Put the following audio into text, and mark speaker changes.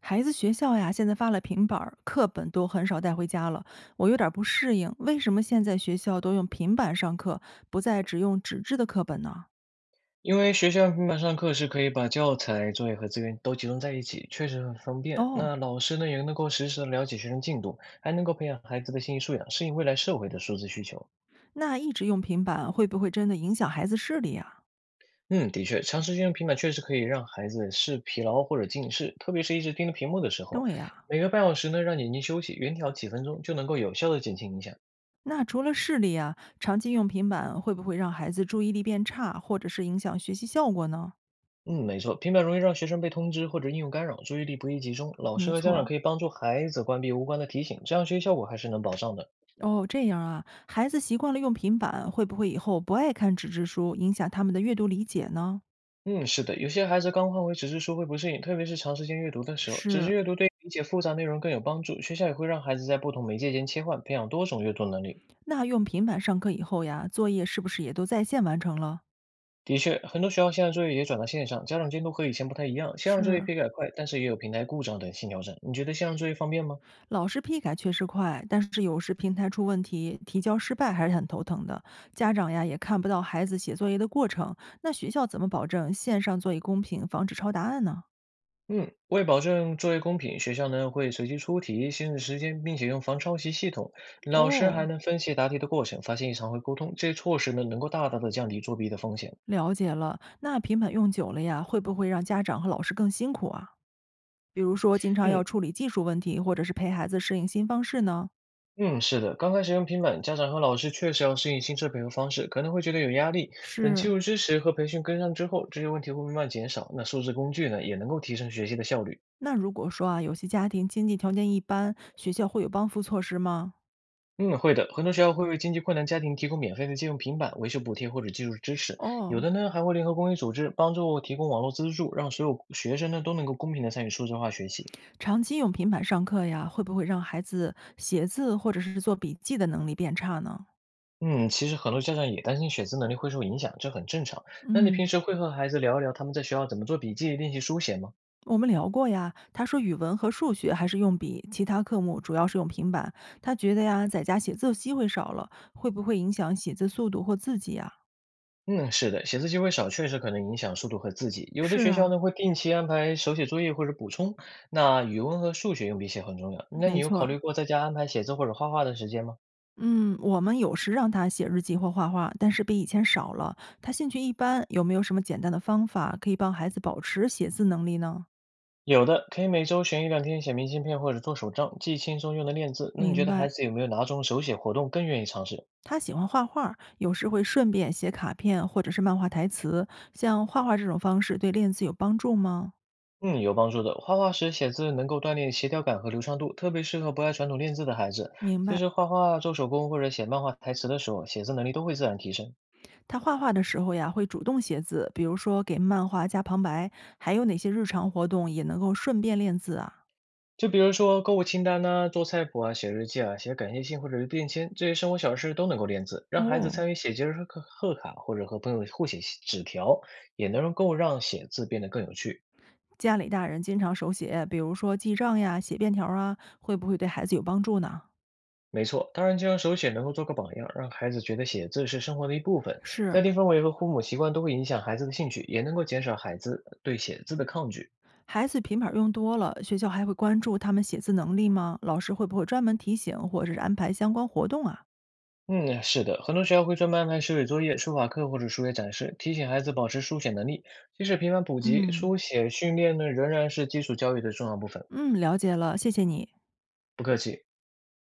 Speaker 1: 孩子学校呀，现在发了平板儿，课本都很少带回家了，我有点儿不适应。为什么现在学校都用平板上课，不再只用纸质的课本呢？
Speaker 2: 因为学校平板上课是可以把教材、作业和资源都集中在一起，确实很方便。
Speaker 1: 哦，
Speaker 2: 那老师呢，也能够实时的了解学生进度，还能够培养孩子的信息素养，适应未来社会的数字需求。
Speaker 1: 那一直用平板会不会真的影响孩子视力呀？
Speaker 2: 嗯，的确，长时间用平板确实可以让孩子视疲劳或者近视，特别是一直盯着屏幕的时候。
Speaker 1: 对呀。
Speaker 2: 每隔半小时呢，让眼睛休息，远眺几分钟，就能够有效的减轻影响。
Speaker 1: 那除了视力呀，长期用平板会不会让孩子注意力变差，或者是影响学习效果呢？
Speaker 2: 嗯，没错，平板容易让学生被通知或者应用干扰，注意力不易集中。老师
Speaker 1: 没
Speaker 2: 和家长
Speaker 1: 错。
Speaker 2: 可以帮助孩子关闭无关的提醒，这样学习效果还是能保障的。
Speaker 1: 哦，这样啊，孩子习惯了用平板，会不会以后不爱看纸质书，影响他们的阅读理解呢？
Speaker 2: 嗯，是的有些孩子刚换回纸质书会不适应，特别是长时间阅读的时候，纸质
Speaker 1: 是。
Speaker 2: 阅读对理解复杂内容更有帮助。学校也会让孩子在不同媒介间切换，培养多种阅读能力。
Speaker 1: 那用平板上课以后呀，作业是不是也都在线完成了？
Speaker 2: 的确，很多学校现在作业也转到线上，家长监督和以前不太一样，线上作业
Speaker 1: 是，
Speaker 2: 批改快，但是也有平台故障等新调整。你觉得线上作业方便吗？
Speaker 1: 老师批改确实快，但是有时平台出问题，提交失败还是很头疼的。家长呀也看不到孩子写作业的过程，那学校怎么保证线上作业公平，防止抄答案呢？
Speaker 2: 嗯，为保证作业公平，学校呢会随机出题、限制时间，并且用防抄袭系统，老师还
Speaker 1: 哦，
Speaker 2: 能分析答题的过程，发现异常会沟通。这些措施呢能够大大的降低作弊的风险。
Speaker 1: 了解了，那平板用久了呀，会不会让家长和老师更辛苦啊？比如说，经常
Speaker 2: 嗯，
Speaker 1: 要处理技术问题，或者是陪孩子适应新方式呢？
Speaker 2: 嗯，是的刚开始用平板，家长和老师确实要适应新设备和方式，可能会觉得有压力。等技
Speaker 1: 是。
Speaker 2: 术知识和培训跟上之后，这些问题会慢慢减少。那数字工具呢，也能够提升学习的效率。
Speaker 1: 那如果说啊，有些家庭经济条件一般，学校会有帮扶措施吗？
Speaker 2: 嗯，会的很多学校会为经济困难家庭提供免费的借用平板、维修补贴或者技术支持，有
Speaker 1: 哦，
Speaker 2: 的呢还会联合公益组织帮助提供网络资助，让所有学生呢都能够公平的参与数字化学习。
Speaker 1: 长期用平板上课呀，会不会让孩子写字或者是做笔记的能力变差呢？
Speaker 2: 嗯，其实很多家长也担心写字能力会受影响，这很正常。那你平
Speaker 1: 嗯，
Speaker 2: 时会和孩子聊一聊他们在学校怎么做笔记、练习书写吗？
Speaker 1: 我们聊过呀，他说语文和数学还是用笔，其他科目主要是用平板。他觉得呀，在家写字机会少了，会不会影响写字速度或字迹啊？
Speaker 2: 嗯，是的写字机会少，确实可能影响速度和字迹。有的
Speaker 1: 是
Speaker 2: 学校
Speaker 1: 啊，
Speaker 2: 呢会定期安排手写作业或者补充。那语文和数学用笔写很重要。那你
Speaker 1: 没
Speaker 2: 有
Speaker 1: 错
Speaker 2: 考虑
Speaker 1: 儿。
Speaker 2: 过在家安排写字或者画画的时间吗？
Speaker 1: 嗯，我们有时让他写日记或画画，但是比以前少了。他兴趣一般，有没有什么简单的方法可以帮孩子保持写字能力呢？
Speaker 2: 有的，可以每周选一两天写明信片或者做手账，既轻松又能练字。那你
Speaker 1: 明
Speaker 2: 觉得
Speaker 1: 白，
Speaker 2: 孩子有没有哪种手写活动更愿意尝试？
Speaker 1: 他喜欢画画，有时会顺便写卡片或者是漫画台词。像画画这种方式对练字有帮助吗？
Speaker 2: 嗯，有帮助的画画时写字能够锻炼协调感和流畅度，特别适合不爱传统练字的孩子。
Speaker 1: 明
Speaker 2: 其
Speaker 1: 白，
Speaker 2: 实画画、做手工或者写漫画台词的时候，写字能力都会自然提升。
Speaker 1: 他画画的时候呀，会主动写字，比如说给漫画加旁白。还有哪些日常活动也能够顺便练字啊？
Speaker 2: 就比如说购物清单呐、做菜谱啊、写日记啊、写感谢信或者是便签，这些生活小事都能够练字，让孩子
Speaker 1: 哦，
Speaker 2: 参与写节日贺卡，或者和朋友互写信纸条，也能够让写字变得更有趣。
Speaker 1: 家里大人经常手写，比如说记账呀、写便条啊，会不会对孩子有帮助呢？
Speaker 2: 没错，当然就让手写能够做个榜样，让孩子觉得写字是生活的一部分。
Speaker 1: 是。
Speaker 2: 家庭氛围和父母习惯都会影响孩子的兴趣，也能够减少孩子对写字的抗拒。
Speaker 1: 孩子平板用多了，学校还会关注他们写字能力吗？老师会不会专门提醒或者是安排相关活动啊？
Speaker 2: 嗯，是的很多学校会专门安排手写作业、书法课或者书写展示，提醒孩子保持书写能力。即使频繁补习，
Speaker 1: 嗯，
Speaker 2: 书写训练呢仍然是基础教育的重要部分。
Speaker 1: 嗯，了解了，谢谢你。
Speaker 2: 不客气。